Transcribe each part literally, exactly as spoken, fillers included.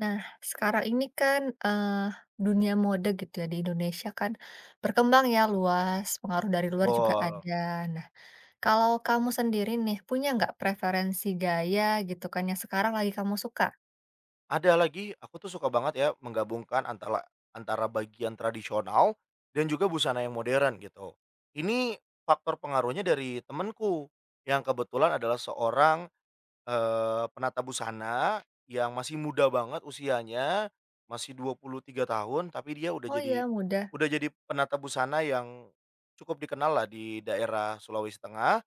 Nah, sekarang ini kan, eee, dunia mode gitu ya di Indonesia kan berkembang ya luas, pengaruh dari luar juga Oh, ada. Nah, kalau kamu sendiri nih, punya nggak preferensi gaya gitu kan yang sekarang lagi kamu suka? ada lagi aku tuh suka banget ya menggabungkan antara antara bagian tradisional dan juga busana yang modern gitu. Ini faktor pengaruhnya dari temenku yang kebetulan adalah seorang, eee, penata busana yang masih muda banget usianya, masih dua puluh tiga tahun tapi dia udah "Oh jadi iya, muda. udah jadi penata busana yang cukup dikenal lah di daerah Sulawesi Tengah.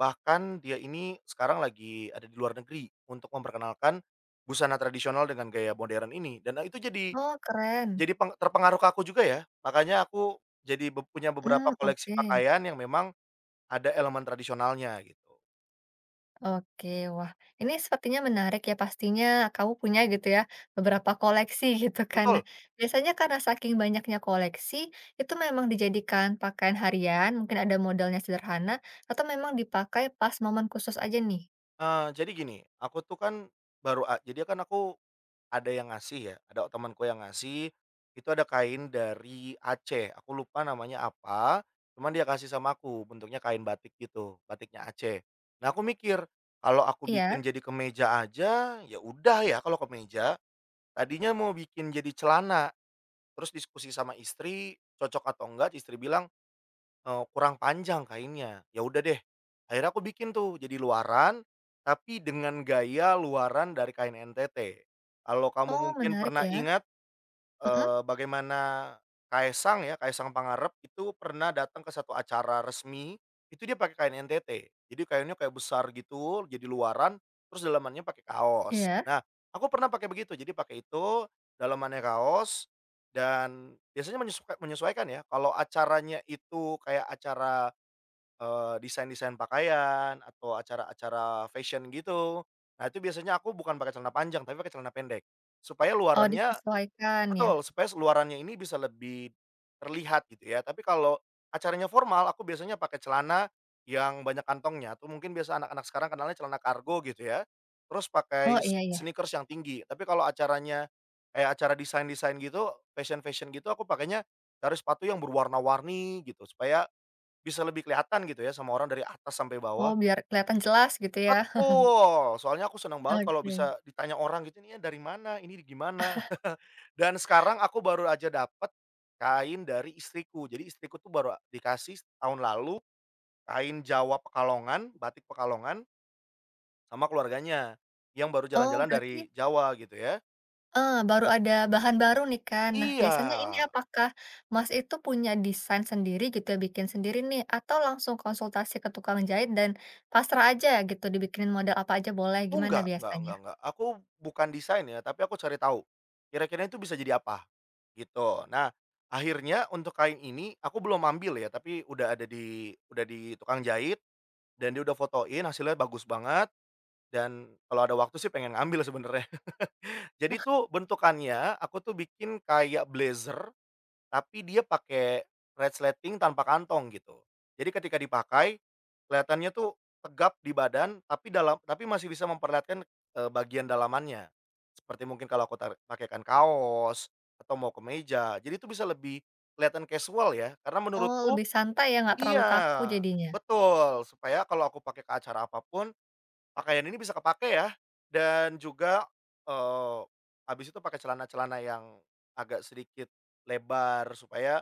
Bahkan dia ini sekarang lagi ada di luar negeri untuk memperkenalkan busana tradisional dengan gaya modern ini dan eh, itu jadi Oh, keren. jadi peng terpengaruh ke aku juga ya. Makanya aku jadi be punya beberapa Mmm, koleksi oke." pakaian yang memang ada elemen tradisionalnya gitu. Oke, wah, ini sepertinya menarik ya, pastinya kamu punya gitu ya beberapa koleksi gitu kan. Nah, Betul, biasanya karena saking banyaknya koleksi itu memang dijadikan pakaian harian, mungkin ada modelnya sederhana atau memang dipakai pas momen khusus aja nih? eee, jadi gini, aku tuh kan baru a jadi kan aku ada yang ngasih ya, ada temanku yang ngasih, itu ada kain dari Aceh, aku lupa namanya apa, cuman dia kasih sama aku, bentuknya kain batik gitu, batiknya Aceh. Nah, aku mikir, kalau aku Iya? bikin jadi kemeja aja, ya udah ya kalau kemeja, tadinya mau bikin jadi celana, terus diskusi sama istri, cocok atau enggak, istri bilang, Eee, kurang panjang kainnya, ya udah deh, akhirnya aku bikin tuh jadi luaran, tapi dengan gaya luaran dari kain N T T. Kalau kamu Oh, mungkin menarik pernah ya. ingat Mhm, Eee, bagaimana kaisang ya, kaisang Pangarep itu pernah datang ke satu acara resmi, itu dia pakai kain N T T. Jadi kainnya kayak besar gitu, jadi luaran, terus dalamannya pakai kaos. iya? Nah, aku pernah pakai begitu, jadi pakai itu, dalamannya kaos, dan biasanya menyesuka menyesuaikan ya, kalau acaranya itu kayak acara, eee, desain-desain pakaian atau acara-acara fashion gitu, nah itu biasanya aku bukan pakai celana panjang, tapi pakai celana pendek, supaya Oh, luarannya disesuaikan ya? betul, supaya luarannya ini bisa lebih terlihat gitu ya. Tapi kalau acaranya formal, aku biasanya pakai celana yang banyak kantongnya tuh mungkin biasa anak-anak sekarang kenalnya celana kargo gitu ya. Terus Oh pakai s iya iya. sneakers yang tinggi. Tapi kalau acaranya kayak acara desain-desain gitu, fashion-fashion gitu, aku pakainya dari sepatu yang berwarna-warni gitu supaya bisa lebih kelihatan gitu ya sama orang dari atas sampai bawah. Oh, biar kelihatan jelas gitu ya. Betul, soalnya aku senang banget kalau Oke. bisa ditanya orang gitu, "Ini ya dari mana? Ini gimana?" Dan sekarang aku baru aja dapat kain dari istriku. Jadi istriku tuh baru dikasih tahun lalu kain Jawa Pekalongan, batik Pekalongan sama keluarganya yang baru Oh, jalan-jalan berarti dari Jawa gitu ya. Eee, baru ada bahan baru nih kan. Nah, Iya. biasanya ini apakah Mas itu punya desain sendiri gitu ya, bikin sendiri nih, atau langsung konsultasi ke tukang jahit dan pasrah aja gitu dibikinin model apa aja boleh, Oh gimana enggak enggak biasanya? enggak enggak, aku bukan desain ya, tapi aku cari tahu, kira-kira itu bisa jadi apa, gitu. Nah, akhirnya untuk kain ini aku belum ambil ya, tapi udah ada di udah di tukang jahit dan dia udah fotoin hasilnya bagus banget dan kalau ada waktu sih pengen ngambil sebenarnya. Jadi tuh bentukannya aku tuh bikin kayak blazer tapi dia pakai resleting tanpa kantong gitu. Jadi ketika dipakai, kelihatannya tuh tegap di badan, tapi dalam tapi masih bisa memperlihatkan, eee, bagian dalamannya. Seperti mungkin kalau aku tar pakaikan kaos atau mau ke meja, jadi itu bisa lebih kelihatan casual ya, karena Oh, menurutku lebih santai ya, nggak terlalu iya, kaku jadinya? betul, supaya kalau aku pakai ke acara apapun pakaian ini bisa kepake ya, dan juga, eee, habis itu pakai celana-celana yang agak sedikit lebar supaya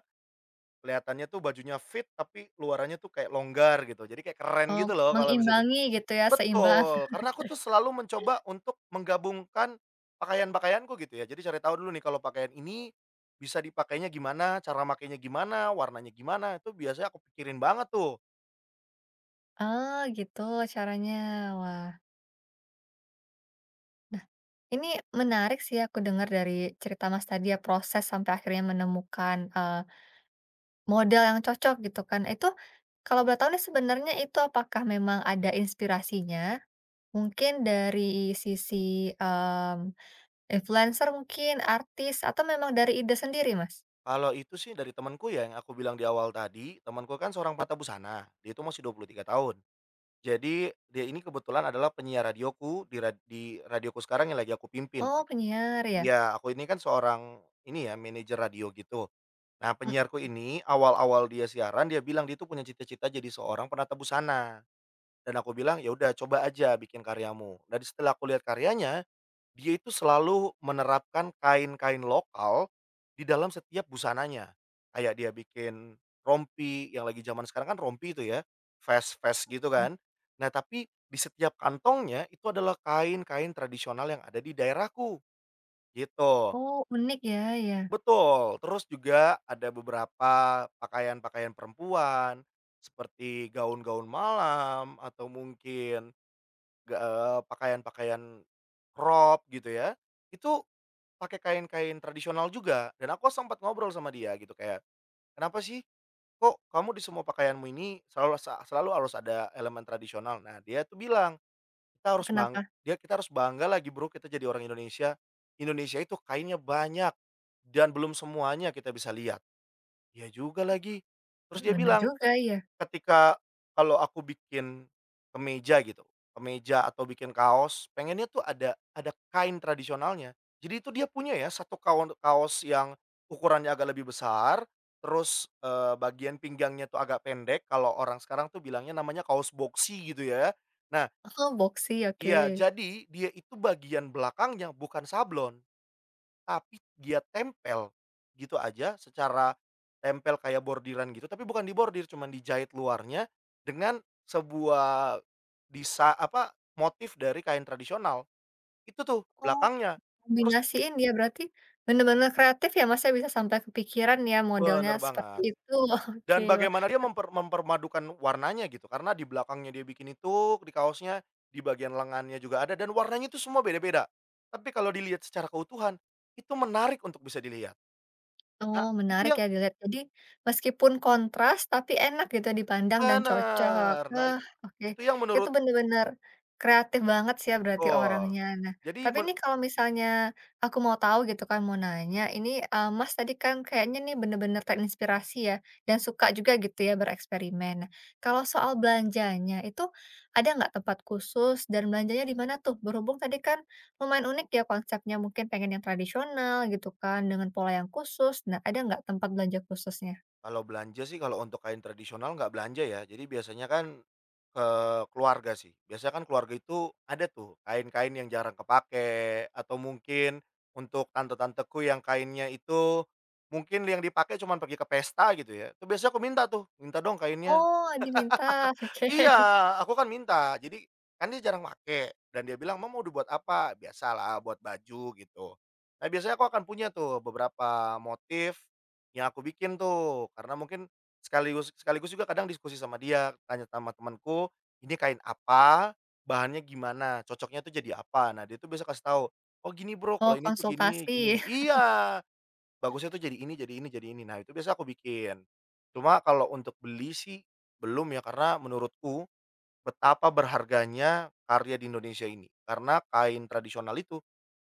kelihatannya tuh bajunya fit, tapi luarannya tuh kayak longgar gitu, jadi kayak keren Oh, gitu loh kalau bisa dili mengimbangi gitu ya, seimbang. betul, karena aku tuh selalu mencoba untuk menggabungkan pakaian-pakaianku gitu ya. Jadi cari tahu dulu nih kalau pakaian ini bisa dipakainya gimana, cara makainya gimana, warnanya gimana, itu biasanya aku pikirin banget tuh. Oh, gitu caranya. Wah, nah, ini menarik sih, aku dengar dari cerita Mas tadi ya, proses sampai akhirnya menemukan, eh, model yang cocok gitu kan. Itu kalau boleh tahu nih, sebenarnya itu apakah memang ada inspirasinya? Mungkin dari sisi, mmm, influencer mungkin, artis, atau memang dari ide sendiri, Mas? Kalau itu sih dari temanku ya yang aku bilang di awal tadi, temanku kan seorang patah busana, dia itu masih dua puluh tiga tahun. Jadi dia ini kebetulan adalah penyiar radioku, di rad di radioku sekarang yang lagi aku pimpin. Oh, Aku penyiar ya? iya, aku ini kan seorang ini ya, manajer radio gitu. Nah, Mhm, penyiarku ini awal-awal dia siaran dia bilang dia itu punya cita-cita jadi seorang penata busana dan aku bilang, "Ya udah coba aja bikin karyamu." Dan setelah aku lihat karyanya, dia itu selalu menerapkan kain-kain lokal di dalam setiap busananya. Kayak dia bikin rompi yang lagi zaman sekarang kan rompi itu ya, vest-vest gitu ya. kan. Nah, tapi di setiap kantongnya itu adalah kain-kain tradisional yang ada di daerahku, gitu. Oh, unik ya, ya. Betul, terus juga ada beberapa pakaian-pakaian perempuan, seperti gaun-gaun malam atau mungkin ga eee, pakaian-pakaian crop gitu ya, itu pakai kain-kain tradisional juga dan aku sempat ngobrol sama dia gitu kayak, "Kenapa sih kok kamu di semua pakaianmu ini selalu sa selalu harus ada elemen tradisional?" Nah dia tuh bilang, "Kita E harus bang kenapa? dia kita harus bangga lagi Bro kita jadi orang Indonesia, Indonesia itu kainnya banyak dan belum semuanya kita bisa lihat." Iya juga lagi. Terus dia Bener bilang, juga ya. ketika kalau aku bikin kemeja gitu, kemeja atau bikin kaos, pengennya tuh ada ada kain tradisionalnya. Jadi itu dia punya ya, satu kaon kaos yang ukurannya agak lebih besar, terus, eee, bagian pinggangnya tuh agak pendek, kalau orang sekarang tuh bilangnya namanya kaos boxy gitu ya. Nah Oh, boxy, iya, oke. jadi dia itu bagian belakangnya bukan sablon. Tapi dia tempel, gitu aja secara tempel kayak bordiran gitu, tapi bukan dibordir, cuman dijahit luarnya dengan sebuah desa apa, motif dari kain tradisional. Itu tuh Oh, belakangnya. Terus kombinasiin ya berarti bener-bener kreatif ya, Mas, ya bisa sampai kepikiran ya modelnya bener seperti banget. itu. Oke. Dan bagaimana dia memper mempermadukan warnanya gitu, karena di belakangnya dia bikin itu, di kaosnya, di bagian lengannya juga ada dan warnanya itu semua beda-beda. Tapi kalau dilihat secara keutuhan, itu menarik untuk bisa dilihat. Nah, Oh, itu menarik yang ya dilihat. Jadi, meskipun kontras tapi enak gitu dipandang dan cocok. bener. Nah, Eh, it oke. itu yang Itu menurut bener-bener kreatif banget sih ya berarti betul. orangnya. Nah, Jadi tapi men ini kalau misalnya aku mau tahu gitu kan, mau nanya, ini, eee, Mas tadi kan kayaknya nih bener-bener terinspirasi ya dan suka juga gitu ya bereksperimen. Nah, kalau soal belanjanya itu ada nggak tempat khusus dan belanjanya di mana tuh? Berhubung tadi kan lumayan unik ya konsepnya, mungkin pengen yang tradisional gitu kan, dengan pola yang khusus. Nah, ada nggak tempat belanja khususnya? kalau belanja sih kalau untuk kain tradisional nggak belanja ya, jadi biasanya kan ke keluarga sih. Biasanya kan keluarga itu ada tuh kain-kain yang jarang kepake atau mungkin untuk tante-tanteku yang kainnya itu mungkin yang dipakai cuman pergi ke pesta gitu ya, itu biasanya aku minta tuh, "Minta dong kainnya." Oh, diminta, Iya, oke. aku kan minta. Jadi, kan dia jarang make, dan dia bilang, "Mama mau dibuat apa?" Biasalah buat baju gitu. Nah, biasanya aku akan punya tuh beberapa motif yang aku bikin tuh, karena mungkin sekaligus sekaligus juga kadang diskusi sama dia, tanya sama temanku, "Ini kain apa? Bahannya gimana? Cocoknya tuh jadi apa?" Nah, dia tuh biasa kasih tahu, "Oh gini Bro, Oh, kalau ini tuh gini konsultasi. gini." Iya, bagusnya tuh jadi ini jadi ini jadi ini. Nah, itu biasa aku bikin. Cuma kalau untuk beli sih belum ya, karena menurutku betapa berharganya karya di Indonesia ini, karena kain tradisional itu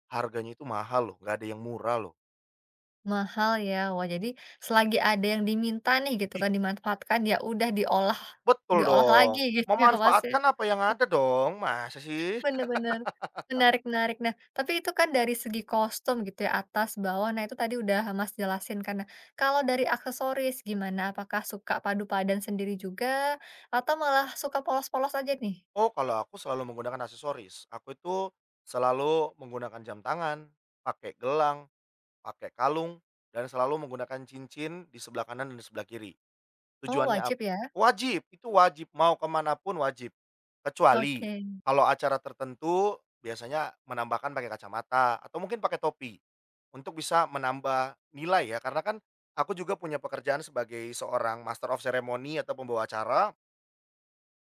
harganya itu mahal loh, nggak ada yang murah loh. Mahal ya. Wah, jadi selagi ada yang diminta nih gitu Ih. kan, dimanfaatkan, ya udah diolah, Betul diolah dong, lagi gitu ya Mas ya? memanfaatkan apa yang ada dong, masa sih? Bener bener. Menarik menarik. Nah, tapi itu kan dari segi kostum gitu ya, atas, bawah, nah itu tadi udah Mas jelasin, karena kalau dari aksesoris gimana? Apakah suka padu padan sendiri juga? Atau malah suka polos-polos aja nih? Oh kalau aku selalu menggunakan aksesoris, aku itu selalu menggunakan jam tangan, pakai gelang, pakai kalung, dan selalu menggunakan cincin di sebelah kanan dan di sebelah kiri. Oh, Tujuannya ap wajib ya? wajib, itu wajib, mau ke pun wajib. Kecuali Oke. kalau acara tertentu biasanya menambahkan pakai kacamata atau mungkin pakai topi untuk bisa menambah nilai ya, karena kan aku juga punya pekerjaan sebagai seorang master of ceremony atau pembawa acara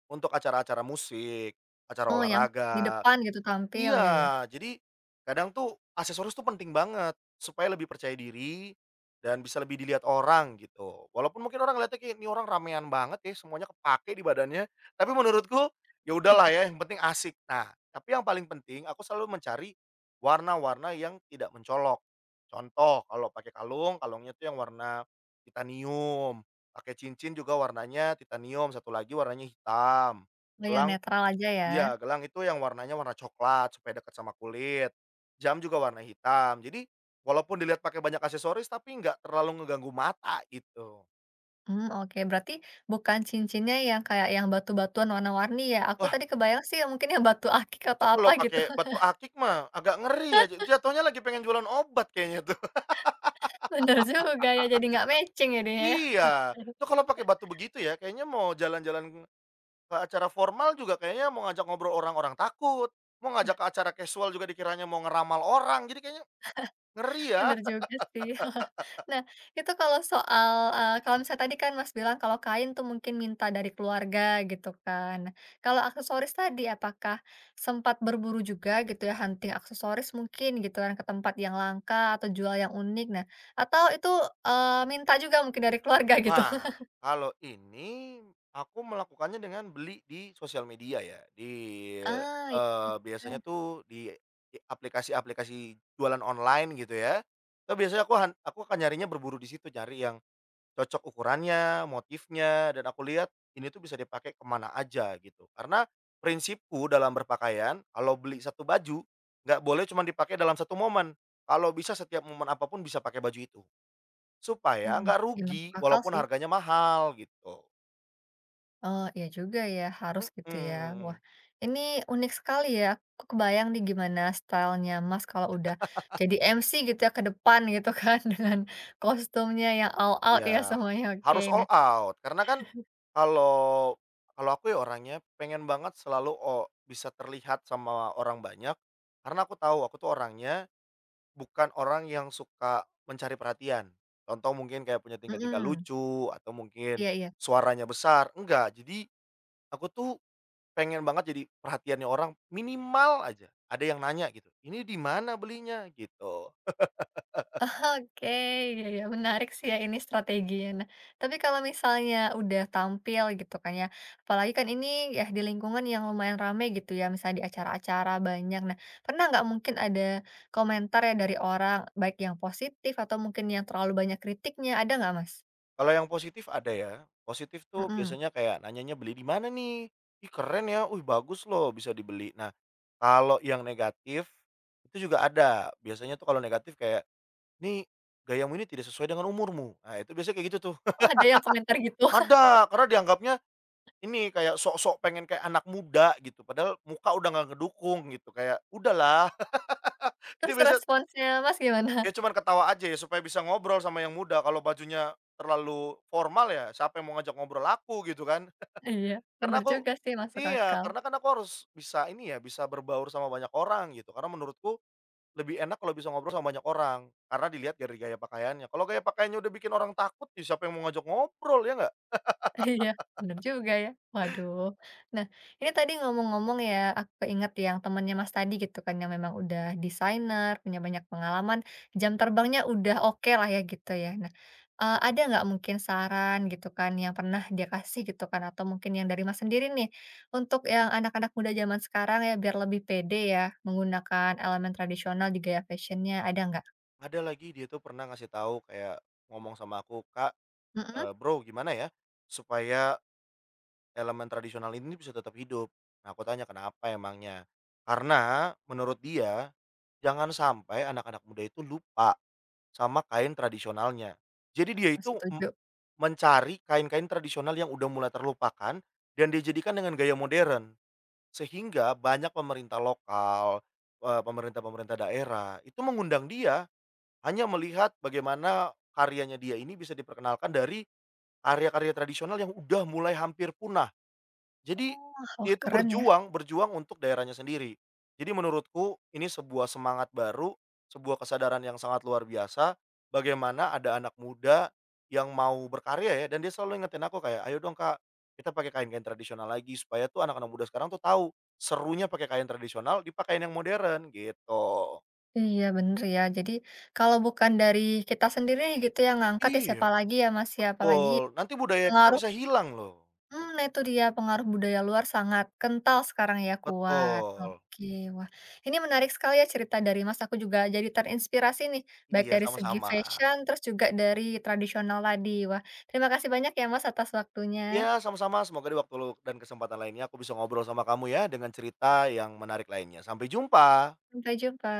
untuk acara-acara musik, acara Oh, yang di olahraga depan gitu tampil, ya ya. iya, jadi kadang tuh aksesoris tuh penting banget supaya lebih percaya diri dan bisa lebih dilihat orang gitu. Walaupun mungkin orang lihatnya kayak, "Ini orang ramean banget ya, semuanya kepake di badannya." Tapi menurutku, ya udahlah ya, yang penting asik. Nah, tapi yang paling penting aku selalu mencari warna-warna yang tidak mencolok. Contoh, kalau pakai kalung, kalungnya tuh yang warna titanium, pakai cincin juga warnanya titanium, satu lagi warnanya hitam, Oh, yang gelang netral aja ya? iya, gelang itu yang warnanya warna coklat supaya dekat sama kulit, jam juga warna hitam. Jadi walaupun dilihat pakai banyak aksesoris tapi nggak terlalu ngeganggu mata gitu. Mmm, oke. Berarti bukan cincinnya yang kayak yang batu-batuan warna-warni ya? Aku Wah, tadi kebayang sih mungkin yang batu akik itu atau apa kalau gitu. pakai batu akik mah agak ngeri ya, ja jatuhnya lagi pengen jualan obat kayaknya tuh. Bener juga ya, jadi nggak matching jadinya ya. Oke. Iya, itu kalau pakai batu begitu ya kayaknya mau jalan-jalan ke acara formal juga kayaknya mau ngajak ngobrol orang, orang takut, mau ngajak ke acara casual juga dikiranya mau ngeramal orang, jadi kayaknya ngeri ya. Bener juga sih. Nah, itu kalau soal, eee, kalau misalnya tadi kan Mas bilang kalau kain tuh mungkin minta dari keluarga gitu kan. Nah, kalau aksesoris tadi apakah sempat berburu juga gitu ya, hunting aksesoris mungkin gitu kan ke tempat yang langka atau jual yang unik, nah, atau itu, eee, minta juga mungkin dari keluarga gitu? Nah kalau ini aku melakukannya dengan beli di sosial media ya, di, Ah, itu eee, juga. biasanya tuh di di aplikasi-aplikasi jualan online gitu ya. Itu biasanya aku han aku akan nyarinya berburu di situ, cari yang cocok ukurannya, motifnya, dan aku lihat ini tuh bisa dipakai kemana aja gitu. Karena prinsipku dalam berpakaian, kalau beli satu baju, nggak boleh cuma dipakai dalam satu momen, kalau bisa setiap momen apapun bisa pakai baju itu. Supaya Mhm, nggak iya rugi masuk akal walaupun sih. harganya mahal gitu. Oh, iya juga ya, harus gitu ya. Wah, Mhm. ini unik sekali ya. Aku kebayang nih gimana stylenya Mas kalau udah jadi M C gitu ya ke depan gitu kan dengan kostumnya yang all out ya Ya semuanya. Oke, harus all nah, out karena kan kalau kalau aku ya orangnya pengen banget selalu o bisa terlihat sama orang banyak, karena aku tahu aku tuh orangnya bukan orang yang suka mencari perhatian. Contoh mungkin kayak punya tingkah-tingkah mhm, lucu atau mungkin iya iya. suaranya besar, enggak. Jadi aku tuh pengen banget jadi perhatiannya orang minimal aja ada yang nanya gitu, "Ini di mana belinya?" Gitu. Oke, ya iya, menarik sih ya ini strateginya. Nah, tapi kalau misalnya udah tampil gitu kan ya, apalagi kan ini ya di lingkungan yang lumayan rame gitu ya, misalnya di acara-acara banyak. Nah, pernah nggak mungkin ada komentar ya dari orang, baik yang positif atau mungkin yang terlalu banyak kritiknya, ada nggak Mas? Kalau yang positif ada ya, positif tuh Mhm. biasanya kayak nanyanya, "Beli di mana nih? Ih keren ya, wih bagus loh bisa dibeli." Nah, kalau yang negatif itu juga ada, biasanya tuh kalau negatif kayak, "Nih gayamu ini tidak sesuai dengan umurmu." Nah itu biasanya kayak gitu tuh. Oh, ada yang komentar gitu? Ada, karena dianggapnya ini kayak sok-sok pengen kayak anak muda gitu, padahal muka udah nggak ngedukung gitu, kayak, "Udahlah." Itu Terus biasa responsnya Mas gimana? ya cuman ketawa aja ya supaya bisa ngobrol sama yang muda, kalau bajunya terlalu formal ya siapa yang mau ngajak ngobrol aku gitu kan. Iya, Karena bener aku juga sih, masuk iya, akal. karena kan aku harus bisa ini ya, bisa berbaur sama banyak orang gitu, karena menurutku lebih enak kalau bisa ngobrol sama banyak orang, karena dilihat dari gaya pakaiannya. Kalau gaya pakaiannya udah bikin orang takut, ya siapa yang mau ngajak ngobrol, ya nggak? Iya, bener juga ya. Waduh. Nah, ini tadi ngomong-ngomong ya, aku keinget yang temennya Mas tadi gitu kan, yang memang udah desainer, punya banyak pengalaman, jam terbangnya udah oke lah ya gitu ya. Nah, eee, ada nggak mungkin saran gitu kan yang pernah dia kasih gitu kan, atau mungkin yang dari Mas sendiri nih, untuk yang anak-anak muda zaman sekarang ya, biar lebih pede ya menggunakan elemen tradisional di gaya fashionnya. Ada nggak? Ada lagi dia tuh pernah ngasih tahu kayak ngomong sama aku, "Kak, Mhm, eee, Bro gimana ya supaya elemen tradisional ini bisa tetap hidup?" Nah aku tanya, "Kenapa emangnya?" Karena menurut dia, jangan sampai anak-anak muda itu lupa sama kain tradisionalnya. Jadi dia itu setuju. mencari kain-kain tradisional yang udah mulai terlupakan dan dijadikan dengan gaya modern. Sehingga banyak pemerintah lokal, eee, pemerintah-pemerintah daerah itu mengundang dia, hanya melihat bagaimana karyanya dia ini bisa diperkenalkan dari karya-karya tradisional yang udah mulai hampir punah. Jadi, Oh, dia wah itu keren ya. berjuang berjuang untuk daerahnya sendiri. Jadi menurutku ini sebuah semangat baru, sebuah kesadaran yang sangat luar biasa, bagaimana ada anak muda yang mau berkarya ya, dan dia selalu ingetin aku kayak, "Ayo dong Kak, kita pakai kain-kain tradisional lagi." Supaya tuh anak-anak muda sekarang tuh tahu, serunya pakai kain tradisional dipakein yang modern, gitu. Iya bener ya. Jadi kalau bukan dari kita sendiri gitu yang ngangkat ya Iya. siapa lagi ya Mas ya, apalagi Betul, nanti budaya kita pengaruh, bisa hilang loh. mmm, nah itu dia pengaruh budaya luar sangat kental sekarang ya, kuat. Betul. Oke, wah ini menarik sekali ya cerita dari Mas, aku juga jadi terinspirasi nih, baik Iya, dari segi sama-sama. fashion terus juga dari tradisional tadi. Wah, terima kasih banyak ya Mas atas waktunya. Iya, sama-sama. Semoga di waktu lu dan kesempatan lainnya aku bisa ngobrol sama kamu ya dengan cerita yang menarik lainnya. Sampai jumpa. Sampai jumpa.